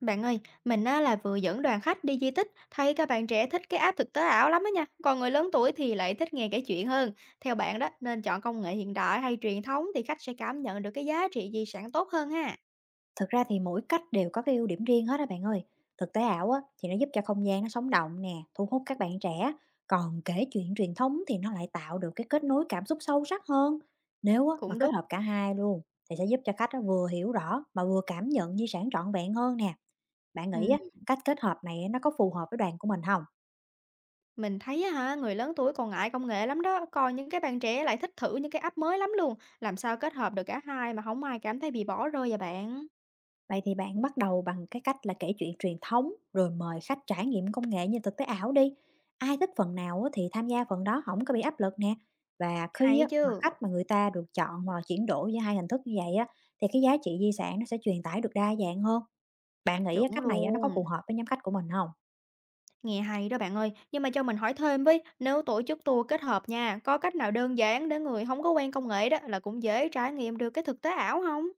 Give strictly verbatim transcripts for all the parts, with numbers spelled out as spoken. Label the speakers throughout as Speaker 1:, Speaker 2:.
Speaker 1: Bạn ơi, mình á, là vừa dẫn đoàn khách đi di tích, thấy các bạn trẻ thích cái app thực tế ảo lắm á nha, còn người lớn tuổi thì lại thích nghe kể chuyện hơn. Theo bạn đó, nên chọn công nghệ hiện đại hay truyền thống thì khách sẽ cảm nhận được cái giá trị di sản tốt hơn ha.
Speaker 2: Thực ra thì mỗi cách đều có cái ưu điểm riêng hết á bạn ơi. Thực tế ảo á, thì nó giúp cho không gian nó sống động nè, thu hút các bạn trẻ. Còn kể chuyện truyền thống thì nó lại tạo được cái kết nối cảm xúc sâu sắc hơn. Nếu á, mà
Speaker 1: Cũng đúng.
Speaker 2: kết hợp cả hai luôn thì sẽ giúp cho khách á, vừa hiểu rõ mà vừa cảm nhận di sản trọn vẹn hơn nè. Bạn nghĩ á,
Speaker 1: Ừ,
Speaker 2: cách kết hợp này nó có phù hợp với đoàn của mình không?
Speaker 1: mình thấy á, hả, người lớn tuổi còn ngại công nghệ lắm đó, còn những cái bạn trẻ lại thích thử những cái app mới lắm luôn. Làm sao kết hợp được cả hai mà không ai cảm thấy bị bỏ rơi vậy bạn?
Speaker 2: Vậy thì bạn bắt đầu bằng cái cách là kể chuyện truyền thống rồi mời khách trải nghiệm công nghệ như thực tế ảo đi. Ai thích phần nào á thì tham gia phần đó, không có bị áp lực nè. Và khi
Speaker 1: Hay
Speaker 2: á, mà
Speaker 1: chứ,
Speaker 2: khách mà người ta được chọn hoặc là chuyển đổi giữa hai hình thức như vậy á thì cái giá trị di sản nó sẽ truyền tải được đa dạng hơn. Bạn nghĩ á,
Speaker 1: chuẩn
Speaker 2: cách này á, nó có
Speaker 1: luôn.
Speaker 2: phù hợp với nhóm khách của mình không?
Speaker 1: Nghe hay đó bạn ơi, nhưng mà cho mình hỏi thêm với, nếu tổ chức tour kết hợp nha, có cách nào đơn giản để người không có quen công nghệ đó là cũng dễ trải nghiệm được cái thực tế ảo không?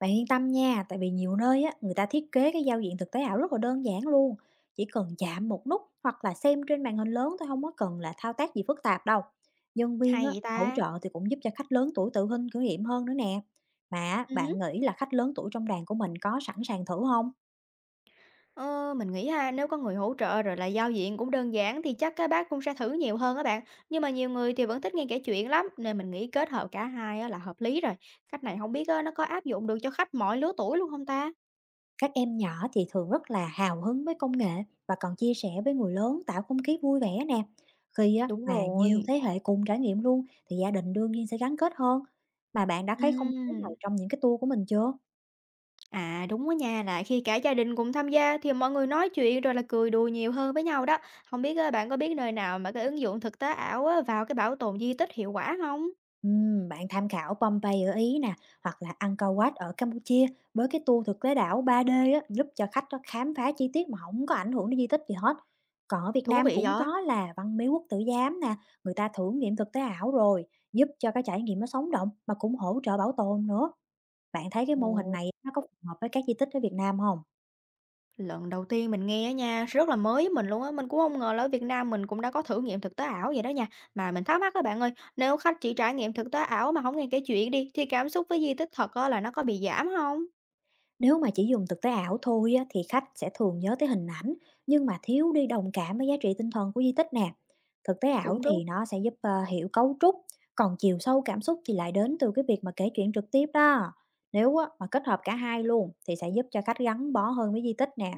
Speaker 2: Bạn yên tâm nha, tại vì nhiều nơi á, người ta thiết kế cái giao diện thực tế ảo rất là đơn giản luôn. Chỉ cần chạm một nút hoặc là xem trên màn hình lớn thôi, không có cần là thao tác gì phức tạp đâu. Nhân viên
Speaker 1: Hay
Speaker 2: á,
Speaker 1: vậy
Speaker 2: hỗ
Speaker 1: ta?
Speaker 2: trợ thì cũng giúp cho khách lớn tuổi tự tin thử nghiệm hơn nữa nè. Mà á, bạn
Speaker 1: Ừ.
Speaker 2: nghĩ là khách lớn tuổi trong đoàn của mình có sẵn sàng thử không?
Speaker 1: Ờ, mình nghĩ ha, nếu có người hỗ trợ rồi là giao diện cũng đơn giản thì chắc các bác cũng sẽ thử nhiều hơn các bạn. Nhưng mà nhiều người thì vẫn thích nghe kể chuyện lắm, nên mình nghĩ kết hợp cả hai á là hợp lý rồi. Cách này không biết á, nó có áp dụng được cho khách mọi lứa tuổi luôn không ta?
Speaker 2: Các em nhỏ thì thường rất là hào hứng với công nghệ, và còn chia sẻ với người lớn, tạo không khí vui vẻ nè. Khi á,
Speaker 1: Đúng
Speaker 2: mà nhiều
Speaker 1: rồi.
Speaker 2: thế hệ cùng trải nghiệm luôn thì gia đình đương nhiên sẽ gắn kết hơn. Mà bạn đã thấy không khí này
Speaker 1: Ừm.
Speaker 2: trong những cái tour của mình chưa?
Speaker 1: À đúng đó nha, là khi cả gia đình cùng tham gia thì mọi người nói chuyện rồi là cười đùa nhiều hơn với nhau đó. Không biết ờ, bạn có biết nơi nào mà cái ứng dụng thực tế ảo á, vào cái bảo tồn di tích hiệu quả không?
Speaker 2: Ừm, bạn tham khảo Pompeii ở Ý nè, hoặc là Angkor Wat ở Campuchia, với cái tour thực tế đảo ba d á, giúp cho khách nó khám phá chi tiết mà không có ảnh hưởng đến di tích gì hết. Còn ở Việt
Speaker 1: Thú
Speaker 2: Nam
Speaker 1: vị
Speaker 2: cũng
Speaker 1: vậy.
Speaker 2: có là Văn Miếu Quốc Tử Giám nè, người ta thử nghiệm thực tế ảo rồi, giúp cho cái trải nghiệm nó sống động mà cũng hỗ trợ bảo tồn nữa. Bạn thấy cái mô hình
Speaker 1: Ồ,
Speaker 2: này nó có phù hợp với các di tích ở Việt Nam không?
Speaker 1: lần đầu tiên mình nghe á nha, rất là mới với mình luôn á, mình cũng không ngờ là ở Việt Nam mình cũng đã có thử nghiệm thực tế ảo vậy đó nha. Mà mình thắc mắc các bạn ơi, nếu khách chỉ trải nghiệm thực tế ảo mà không nghe kể chuyện đi thì cảm xúc với di tích thật á, là nó có bị giảm không?
Speaker 2: Nếu mà chỉ dùng thực tế ảo thôi á, thì khách sẽ thường nhớ tới hình ảnh, nhưng mà thiếu đi đồng cảm với giá trị tinh thần của di tích nè. Thực tế ảo
Speaker 1: Cũng đúng.
Speaker 2: thì nó sẽ giúp ờ, hiểu cấu trúc, còn chiều sâu cảm xúc thì lại đến từ cái việc mà kể chuyện trực tiếp đó. Nếu á, mà kết hợp cả hai luôn thì sẽ giúp cho khách gắn bó hơn với di tích nè.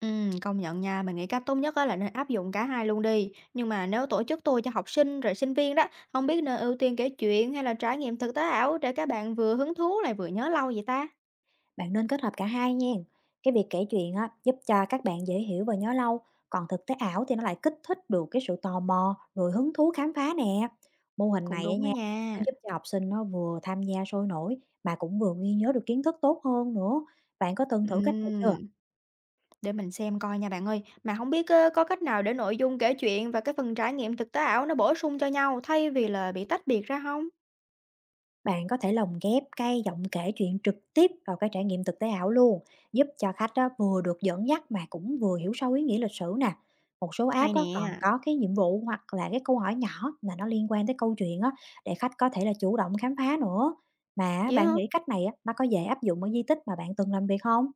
Speaker 1: Ừm, công nhận nha, mình nghĩ cách tốt nhất á là nên áp dụng cả hai luôn đi. Nhưng mà nếu tổ chức tour cho học sinh rồi sinh viên đó, không biết nên ưu tiên kể chuyện hay là trải nghiệm thực tế ảo để các bạn vừa hứng thú lại vừa nhớ lâu vậy ta?
Speaker 2: Bạn nên kết hợp cả hai nha. Cái việc kể chuyện á, giúp cho các bạn dễ hiểu và nhớ lâu, còn thực tế ảo thì nó lại kích thích được cái sự tò mò, rồi hứng thú khám phá nè. Mô hình
Speaker 1: Cũng
Speaker 2: này á
Speaker 1: đúng đó
Speaker 2: nha, nó
Speaker 1: nha.
Speaker 2: giúp cho học sinh nó vừa tham gia sôi nổi, mà cũng vừa ghi nhớ được kiến thức tốt hơn nữa. Bạn có từng thử cách này chưa?
Speaker 1: Ừm, để mình xem coi nha bạn ơi. Mà không biết ơ, có cách nào để nội dung kể chuyện và cái phần trải nghiệm thực tế ảo nó bổ sung cho nhau thay vì là bị tách biệt ra không?
Speaker 2: Bạn có thể lồng ghép cái giọng kể chuyện trực tiếp vào cái trải nghiệm thực tế ảo luôn, giúp cho khách á, vừa được dẫn dắt mà cũng vừa hiểu sâu ý nghĩa lịch sử nè. Một số
Speaker 1: Hay
Speaker 2: app á, còn
Speaker 1: nè.
Speaker 2: có cái nhiệm vụ hoặc là cái câu hỏi nhỏ là nó liên quan tới câu chuyện á, để khách có thể là chủ động khám phá nữa. Mà
Speaker 1: Vậy hả?
Speaker 2: bạn nghĩ cách này á, nó có dễ áp dụng ở di tích mà bạn từng làm việc không?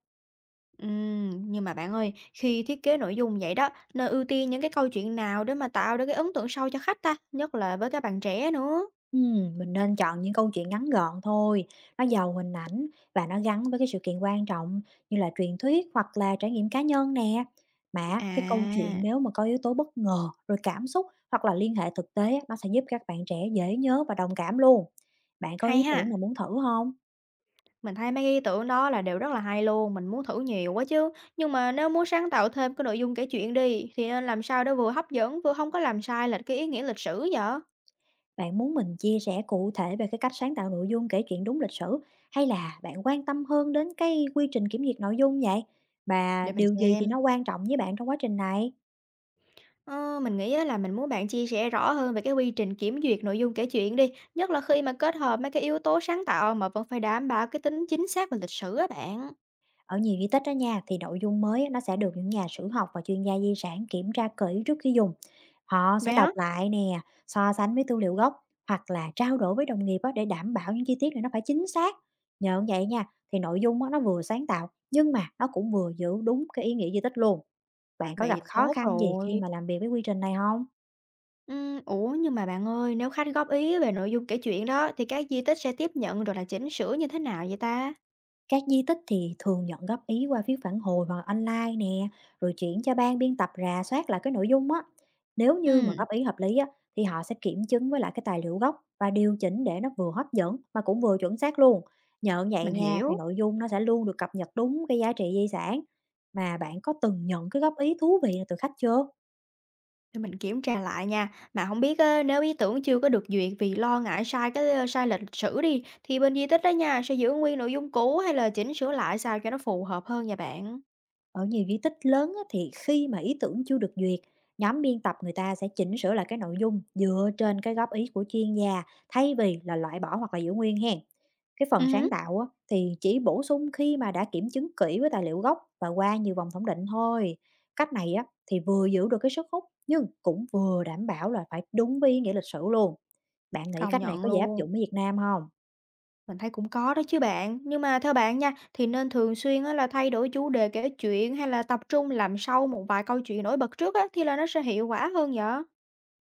Speaker 1: Ừm, nhưng mà bạn ơi, khi thiết kế nội dung vậy đó, nên ưu tiên những cái câu chuyện nào để mà tạo được cái ấn tượng sâu cho khách ta, nhất là với các bạn trẻ nữa.
Speaker 2: Ừm, mình nên chọn những câu chuyện ngắn gọn thôi, nó giàu hình ảnh và nó gắn với cái sự kiện quan trọng, như là truyền thuyết hoặc là trải nghiệm cá nhân nè. Mà cái câu chuyện
Speaker 1: À,
Speaker 2: nếu mà có yếu tố bất ngờ, rồi cảm xúc hoặc là liên hệ thực tế á, nó sẽ giúp các bạn trẻ dễ nhớ và đồng cảm luôn. Bạn có ý
Speaker 1: hay ha.
Speaker 2: tưởng nào muốn thử không?
Speaker 1: Mình thấy mấy cái ý tưởng đó là đều rất là hay luôn, mình muốn thử nhiều quá chứ. Nhưng mà nếu muốn sáng tạo thêm cái nội dung kể chuyện đi, thì nên làm sao để vừa hấp dẫn vừa không có làm sai lệch cái ý nghĩa lịch sử vậy?
Speaker 2: Bạn muốn mình chia sẻ cụ thể về cái cách sáng tạo nội dung kể chuyện đúng lịch sử, hay là bạn quan tâm hơn đến cái quy trình kiểm duyệt nội dung vậy? Và
Speaker 1: Để mình
Speaker 2: điều gì thì
Speaker 1: xem.
Speaker 2: nó quan trọng với bạn trong quá trình này?
Speaker 1: Ờ, mình nghĩ á là mình muốn bạn chia sẻ rõ hơn về cái quy trình kiểm duyệt nội dung kể chuyện đi, nhất là khi mà kết hợp mấy cái yếu tố sáng tạo mà vẫn phải đảm bảo cái tính chính xác và lịch sử á bạn.
Speaker 2: Ở nhiều di tích đó nha, thì nội dung mới á, nó sẽ được những nhà sử học và chuyên gia di sản kiểm tra kỹ trước khi dùng. Họ sẽ
Speaker 1: Vậy hả?
Speaker 2: đọc lại nè, so sánh với tư liệu gốc hoặc là trao đổi với đồng nghiệp á, để đảm bảo những chi tiết này nó phải chính xác. Nhờ vậy nha, thì nội dung á, nó vừa sáng tạo nhưng mà nó cũng vừa giữ đúng cái ý nghĩa di tích luôn. Bạn có gặp
Speaker 1: Vậy
Speaker 2: khó
Speaker 1: tốt
Speaker 2: khăn gì khi
Speaker 1: rồi.
Speaker 2: mà làm việc với quy trình này không?
Speaker 1: Ừm, ủa nhưng mà bạn ơi, nếu khách góp ý về nội dung kể chuyện đó thì các di tích sẽ tiếp nhận rồi là chỉnh sửa như thế nào vậy ta?
Speaker 2: Các di tích thì thường nhận góp ý qua phiếu phản hồi hoặc online nè, rồi chuyển cho ban biên tập rà soát lại cái nội dung á. Nếu như mà
Speaker 1: Ừ,
Speaker 2: góp ý hợp lý á, thì họ sẽ kiểm chứng với lại cái tài liệu gốc và điều chỉnh để nó vừa hấp dẫn mà cũng vừa chuẩn xác luôn. Nhờ vậy
Speaker 1: mình
Speaker 2: nha, thì
Speaker 1: hiểu.
Speaker 2: nội dung nó sẽ luôn được cập nhật đúng cái giá trị di sản. Mà bạn có từng nhận cái góp ý thú vị nào từ khách chưa?
Speaker 1: Để mình kiểm tra lại nha. Mà không biết á, nếu ý tưởng chưa có được duyệt vì lo ngại sai cái, ơ, sai lệch lịch sử đi, thì bên di tích á nha, sẽ giữ nguyên nội dung cũ hay là chỉnh sửa lại sao cho nó phù hợp hơn vậy bạn?
Speaker 2: Ở nhiều di tích lớn á, thì khi mà ý tưởng chưa được duyệt, nhóm biên tập người ta sẽ chỉnh sửa lại cái nội dung dựa trên cái góp ý của chuyên gia, thay vì là loại bỏ hoặc là giữ nguyên hen. Cái phần
Speaker 1: Ừm
Speaker 2: sáng
Speaker 1: hứm.
Speaker 2: tạo á, thì chỉ bổ sung khi mà đã kiểm chứng kỹ với tài liệu gốc và qua nhiều vòng thẩm định thôi. Cách này á, thì vừa giữ được cái sức hút nhưng cũng vừa đảm bảo là phải đúng với ý nghĩa lịch sử luôn. Bạn nghĩ
Speaker 1: Công
Speaker 2: cách này
Speaker 1: nhận
Speaker 2: có dễ áp
Speaker 1: luôn,
Speaker 2: dụng ở Việt Nam không?
Speaker 1: mình thấy cũng có đó chứ bạn. Nhưng mà theo bạn nha, thì nên thường xuyên á là thay đổi chủ đề kể chuyện hay là tập trung làm sâu một vài câu chuyện nổi bật trước á, thì là nó sẽ hiệu quả hơn vậy?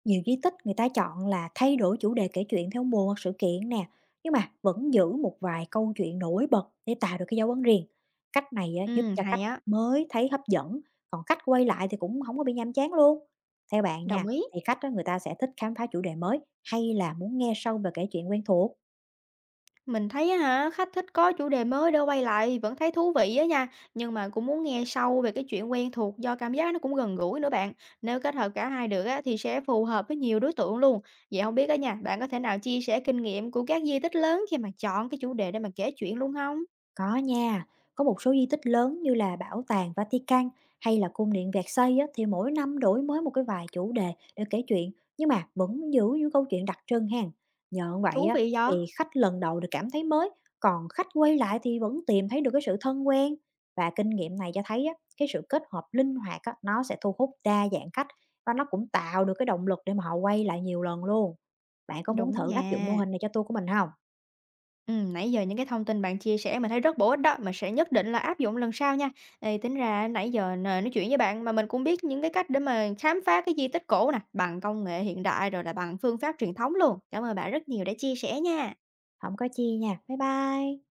Speaker 2: Nhiều di tích người ta chọn là thay đổi chủ đề kể chuyện theo mùa hoặc sự kiện nè, nhưng mà vẫn giữ một vài câu chuyện nổi bật để tạo được cái dấu ấn riêng. Cách này á, giúp
Speaker 1: Ừm,
Speaker 2: cho khách
Speaker 1: hay á,
Speaker 2: mới thấy hấp dẫn, còn khách quay lại thì cũng không có bị nhàm chán luôn. Theo bạn
Speaker 1: đồng
Speaker 2: nha,
Speaker 1: ý.
Speaker 2: thì khách á, người ta sẽ thích khám phá chủ đề mới, hay là muốn nghe sâu về kể chuyện quen thuộc?
Speaker 1: Mình thấy á hả, khách thích có chủ đề mới để quay lại vẫn thấy thú vị á nha, nhưng mà cũng muốn nghe sâu về cái chuyện quen thuộc do cảm giác nó cũng gần gũi nữa bạn. Nếu kết hợp cả hai được á thì sẽ phù hợp với nhiều đối tượng luôn. Vậy không biết á nha, bạn có thể nào chia sẻ kinh nghiệm của các di tích lớn khi mà chọn cái chủ đề để mà kể chuyện luôn không?
Speaker 2: Có nha, có một số di tích lớn như là Bảo tàng Vatican hay là cung điện Versailles á, thì mỗi năm đổi mới một cái vài chủ đề để kể chuyện, nhưng mà vẫn giữ những câu chuyện đặc trưng ha. Nhờ vậy
Speaker 1: Thú
Speaker 2: á,
Speaker 1: vị
Speaker 2: thì
Speaker 1: đó.
Speaker 2: khách lần đầu được cảm thấy mới, còn khách quay lại thì vẫn tìm thấy được cái sự thân quen, và kinh nghiệm này cho thấy á, cái sự kết hợp linh hoạt á, nó sẽ thu hút đa dạng khách, và nó cũng tạo được cái động lực để mà họ quay lại nhiều lần luôn. Bạn có muốn
Speaker 1: Đúng
Speaker 2: thử áp dụng mô
Speaker 1: nha.
Speaker 2: hình này cho tour của mình không?
Speaker 1: Ừm, nãy giờ những cái thông tin bạn chia sẻ mình thấy rất bổ ích đó, mình sẽ nhất định là áp dụng lần sau nha. Ê, tính ra nãy giờ n nói chuyện với bạn mà mình cũng biết những cái cách để mà khám phá cái di tích cổ nè, bằng công nghệ hiện đại rồi là bằng phương pháp truyền thống luôn. Cảm ơn bạn rất nhiều đã chia sẻ nha.
Speaker 2: Không có chi nha. Bye bye.